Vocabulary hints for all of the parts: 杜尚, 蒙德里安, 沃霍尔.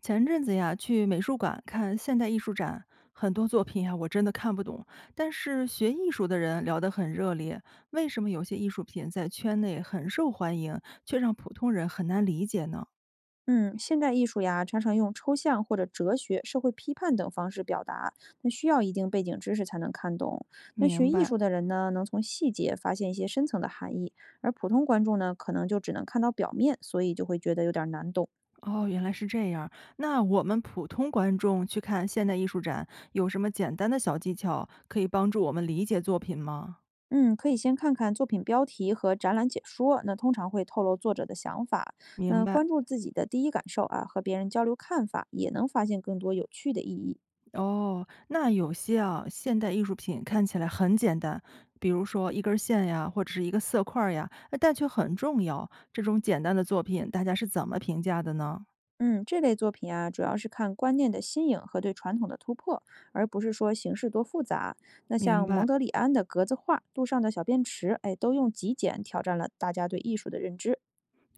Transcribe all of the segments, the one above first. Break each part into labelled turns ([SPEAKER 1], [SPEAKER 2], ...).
[SPEAKER 1] 前阵子呀，去美术馆看现代艺术展，很多作品呀，我真的看不懂。但是学艺术的人聊得很热烈，为什么有些艺术品在圈内很受欢迎，却让普通人很难理解呢？
[SPEAKER 2] 嗯，现代艺术呀，常常用抽象或者哲学、社会批判等方式表达，那需要一定背景知识才能看懂。那
[SPEAKER 1] 明
[SPEAKER 2] 学艺
[SPEAKER 1] 白。
[SPEAKER 2] 术的人呢，能从细节发现一些深层的含义，而普通观众呢，可能就只能看到表面，所以就会觉得有点儿难懂。
[SPEAKER 1] 哦，原来是这样。那我们普通观众去看现代艺术展，有什么简单的小技巧可以帮助我们理解作品吗？
[SPEAKER 2] 嗯，可以先看看作品标题和展览解说，那通常会透露作者的想法。
[SPEAKER 1] 明
[SPEAKER 2] 那
[SPEAKER 1] 白。
[SPEAKER 2] 关注自己的第一感受啊，和别人交流看法，也能发现更多有趣的意义。
[SPEAKER 1] 哦，那有些啊，现代艺术品看起来很简单，比如说一根儿线呀，或者是一个色块儿呀，但却很重要。这种简单的作品，大家是怎么评价的呢？
[SPEAKER 2] 嗯，这类作品啊，主要是看观念的新颖和对传统的突破，而不是说形式多复杂。那
[SPEAKER 1] 明
[SPEAKER 2] 像蒙
[SPEAKER 1] 白。
[SPEAKER 2] 德里安的格子画、杜尚的小便池，哎，都用极简挑战了大家对艺术的认知。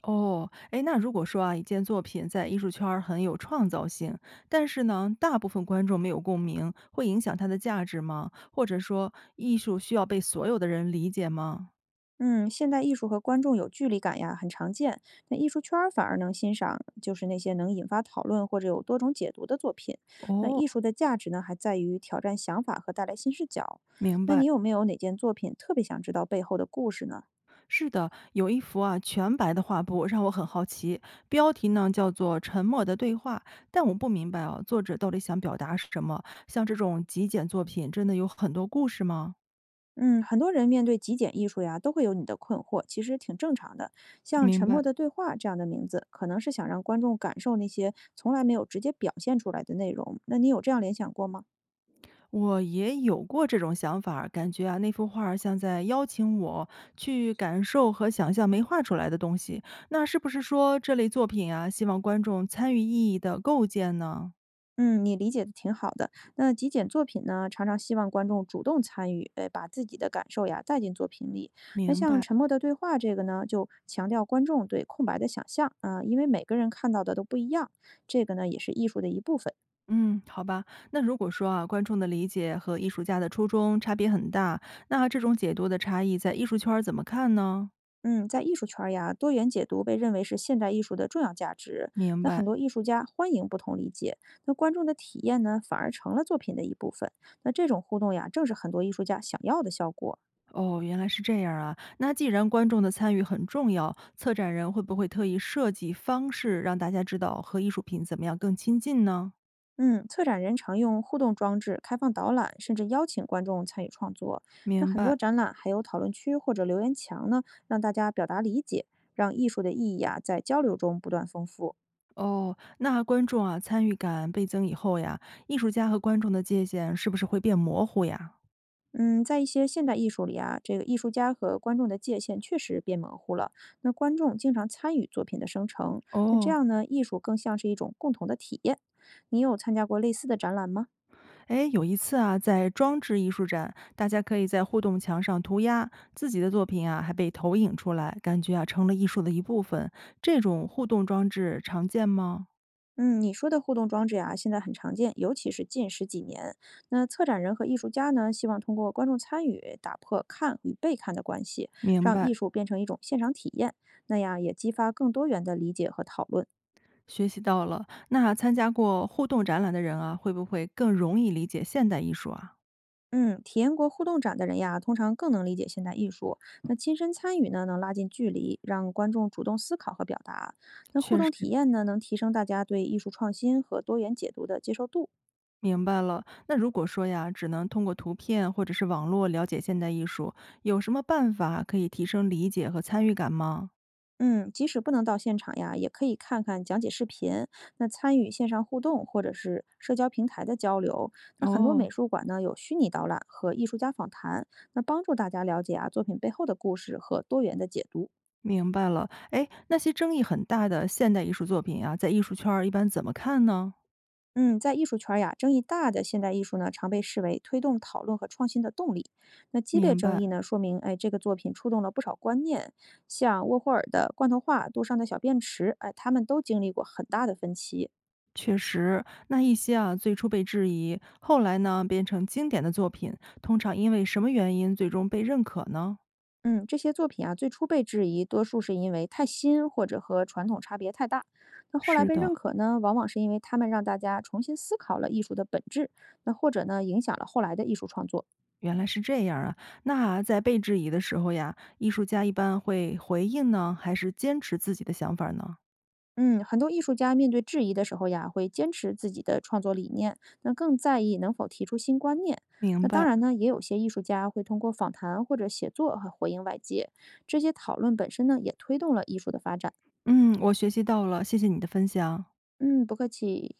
[SPEAKER 1] 哦，哎，那如果说啊，一件作品在艺术圈儿很有创造性，但是呢，大部分观众没有共鸣，会影响它的价值吗？或者说，艺术需要被所有的人理解吗？
[SPEAKER 2] 嗯，现代艺术和观众有距离感呀，很常见。那艺术圈儿反而能欣赏，就是那些能引发讨论或者有多种解读的作品。那
[SPEAKER 1] 哦，
[SPEAKER 2] 艺术的价值呢，还在于挑战想法和带来新视角。
[SPEAKER 1] 明
[SPEAKER 2] 那
[SPEAKER 1] 白。
[SPEAKER 2] 你有没有哪件作品特别想知道背后的故事呢？
[SPEAKER 1] 是的，有一幅啊全白的画布让我很好奇，标题呢叫做《沉默的对话》，但我不明白啊，作者到底想表达是什么？像这种极简作品，真的有很多故事吗？
[SPEAKER 2] 嗯，很多人面对极简艺术呀，都会有你的困惑，其实挺正常的。像
[SPEAKER 1] 明
[SPEAKER 2] 《沉默
[SPEAKER 1] 白，
[SPEAKER 2] 的对话》这样的名字，可能是想让观众感受那些从来没有直接表现出来的内容。那你有这样联想过吗？
[SPEAKER 1] 我也有过这种想法儿感觉啊那幅画儿像在邀请我去感受和想象没画出来的东西。那是不是说这类作品啊，希望观众参与意义的构建呢？
[SPEAKER 2] 嗯，你理解的挺好的。那极简作品呢，常常希望观众主动参与，把自己的感受呀带进作品里。那
[SPEAKER 1] 明
[SPEAKER 2] 像
[SPEAKER 1] 白。
[SPEAKER 2] 《沉默的对话》这个呢，就强调观众对空白的想象啊、因为每个人看到的都不一样，这个呢也是艺术的一部分。
[SPEAKER 1] 嗯，好吧。那如果说啊，观众的理解和艺术家的初衷差别很大，那这种解读的差异在艺术圈儿怎么看呢？
[SPEAKER 2] 嗯，在艺术圈儿呀，多元解读被认为是现代艺术的重要价值。
[SPEAKER 1] 明
[SPEAKER 2] 那
[SPEAKER 1] 白。
[SPEAKER 2] 很多艺术家欢迎不同理解，那观众的体验呢，反而成了作品的一部分。那这种互动呀，正是很多艺术家想要的效果。
[SPEAKER 1] 哦，原来是这样啊。那既然观众的参与很重要，策展人会不会特意设计方式让大家知道和艺术品怎么样更亲近呢？
[SPEAKER 2] 嗯，策展人常用互动装置、开放导览，甚至邀请观众参与创作。那
[SPEAKER 1] 明
[SPEAKER 2] 很多
[SPEAKER 1] 白。
[SPEAKER 2] 展览还有讨论区或者留言墙呢，让大家表达理解，让艺术的意义呀，在交流中不断丰富。
[SPEAKER 1] 哦，那观众啊参与感倍增以后呀，艺术家和观众的界限是不是会变模糊呀？
[SPEAKER 2] 嗯，在一些现代艺术里啊，这个艺术家和观众的界限确实变模糊了。那观众经常参与作品的生成，那这
[SPEAKER 1] 哦，
[SPEAKER 2] 样呢，艺术更像是一种共同的体验。你有参加过类似的展览吗？
[SPEAKER 1] 哎，有一次啊，在装置艺术展，大家可以在互动墙上涂鸦，自己的作品啊还被投影出来，感觉啊成了艺术的一部分。这种互动装置常见吗？
[SPEAKER 2] 嗯，你说的互动装置呀、现在很常见，尤其是近十几年。那策展人和艺术家呢，希望通过观众参与，打破看与被看的关系，
[SPEAKER 1] 明
[SPEAKER 2] 让
[SPEAKER 1] 白，
[SPEAKER 2] 艺术变成一种现场体验。那样也激发更多元的理解和讨论。
[SPEAKER 1] 学习到了。那参加过互动展览的人啊，会不会更容易理解现代艺术啊？
[SPEAKER 2] 嗯，体验过互动展的人呀，通常更能理解现代艺术。那亲身参与呢，能拉近距离，让观众主动思考和表达。那互
[SPEAKER 1] 确实，
[SPEAKER 2] 动体验呢，能提升大家对艺术创新和多元解读的接受度。
[SPEAKER 1] 明白了。那如果说呀，只能通过图片或者是网络了解现代艺术，有什么办法可以提升理解和参与感吗？
[SPEAKER 2] 嗯，即使不能到现场呀，也可以看看讲解视频，那参与线上互动或者是社交平台的交流。那很多
[SPEAKER 1] 哦，
[SPEAKER 2] 美术馆呢有虚拟导览和艺术家访谈，那帮助大家了解啊作品背后的故事和多元的解读。
[SPEAKER 1] 明白了，哎，那些争议很大的现代艺术作品啊，在艺术圈儿一般怎么看呢？
[SPEAKER 2] 嗯，在艺术圈儿呀，争议大的现代艺术呢，常被视为推动讨论和创新的动力。那激烈
[SPEAKER 1] 明
[SPEAKER 2] 争
[SPEAKER 1] 白，
[SPEAKER 2] 议呢，说明哎，这个作品触动了不少观念。像沃霍尔的《罐头画》、杜尚的小便池，哎，他们都经历过很大的分歧。
[SPEAKER 1] 确实，那一些啊最初被质疑，后来呢变成经典的作品，通常因为什么原因最终被认可呢？
[SPEAKER 2] 嗯，这些作品啊，最初被质疑，多数是因为太新或者和传统差别太大。那后来
[SPEAKER 1] 是
[SPEAKER 2] 被认
[SPEAKER 1] 的，
[SPEAKER 2] 可呢，往往是因为他们让大家重新思考了艺术的本质，那或者呢，影响了后来的艺术创作。
[SPEAKER 1] 原来是这样啊。那在被质疑的时候呀，艺术家一般会回应呢，还是坚持自己的想法呢？
[SPEAKER 2] 嗯，很多艺术家面对质疑的时候呀，会坚持自己的创作理念，那更在意能否提出新观念。
[SPEAKER 1] 明
[SPEAKER 2] 那当
[SPEAKER 1] 白，
[SPEAKER 2] 然呢，也有些艺术家会通过访谈或者写作和回应外界，这些讨论本身呢，也推动了艺术的发展。
[SPEAKER 1] 嗯，我学习到了，谢谢你的分享。
[SPEAKER 2] 嗯，不客气。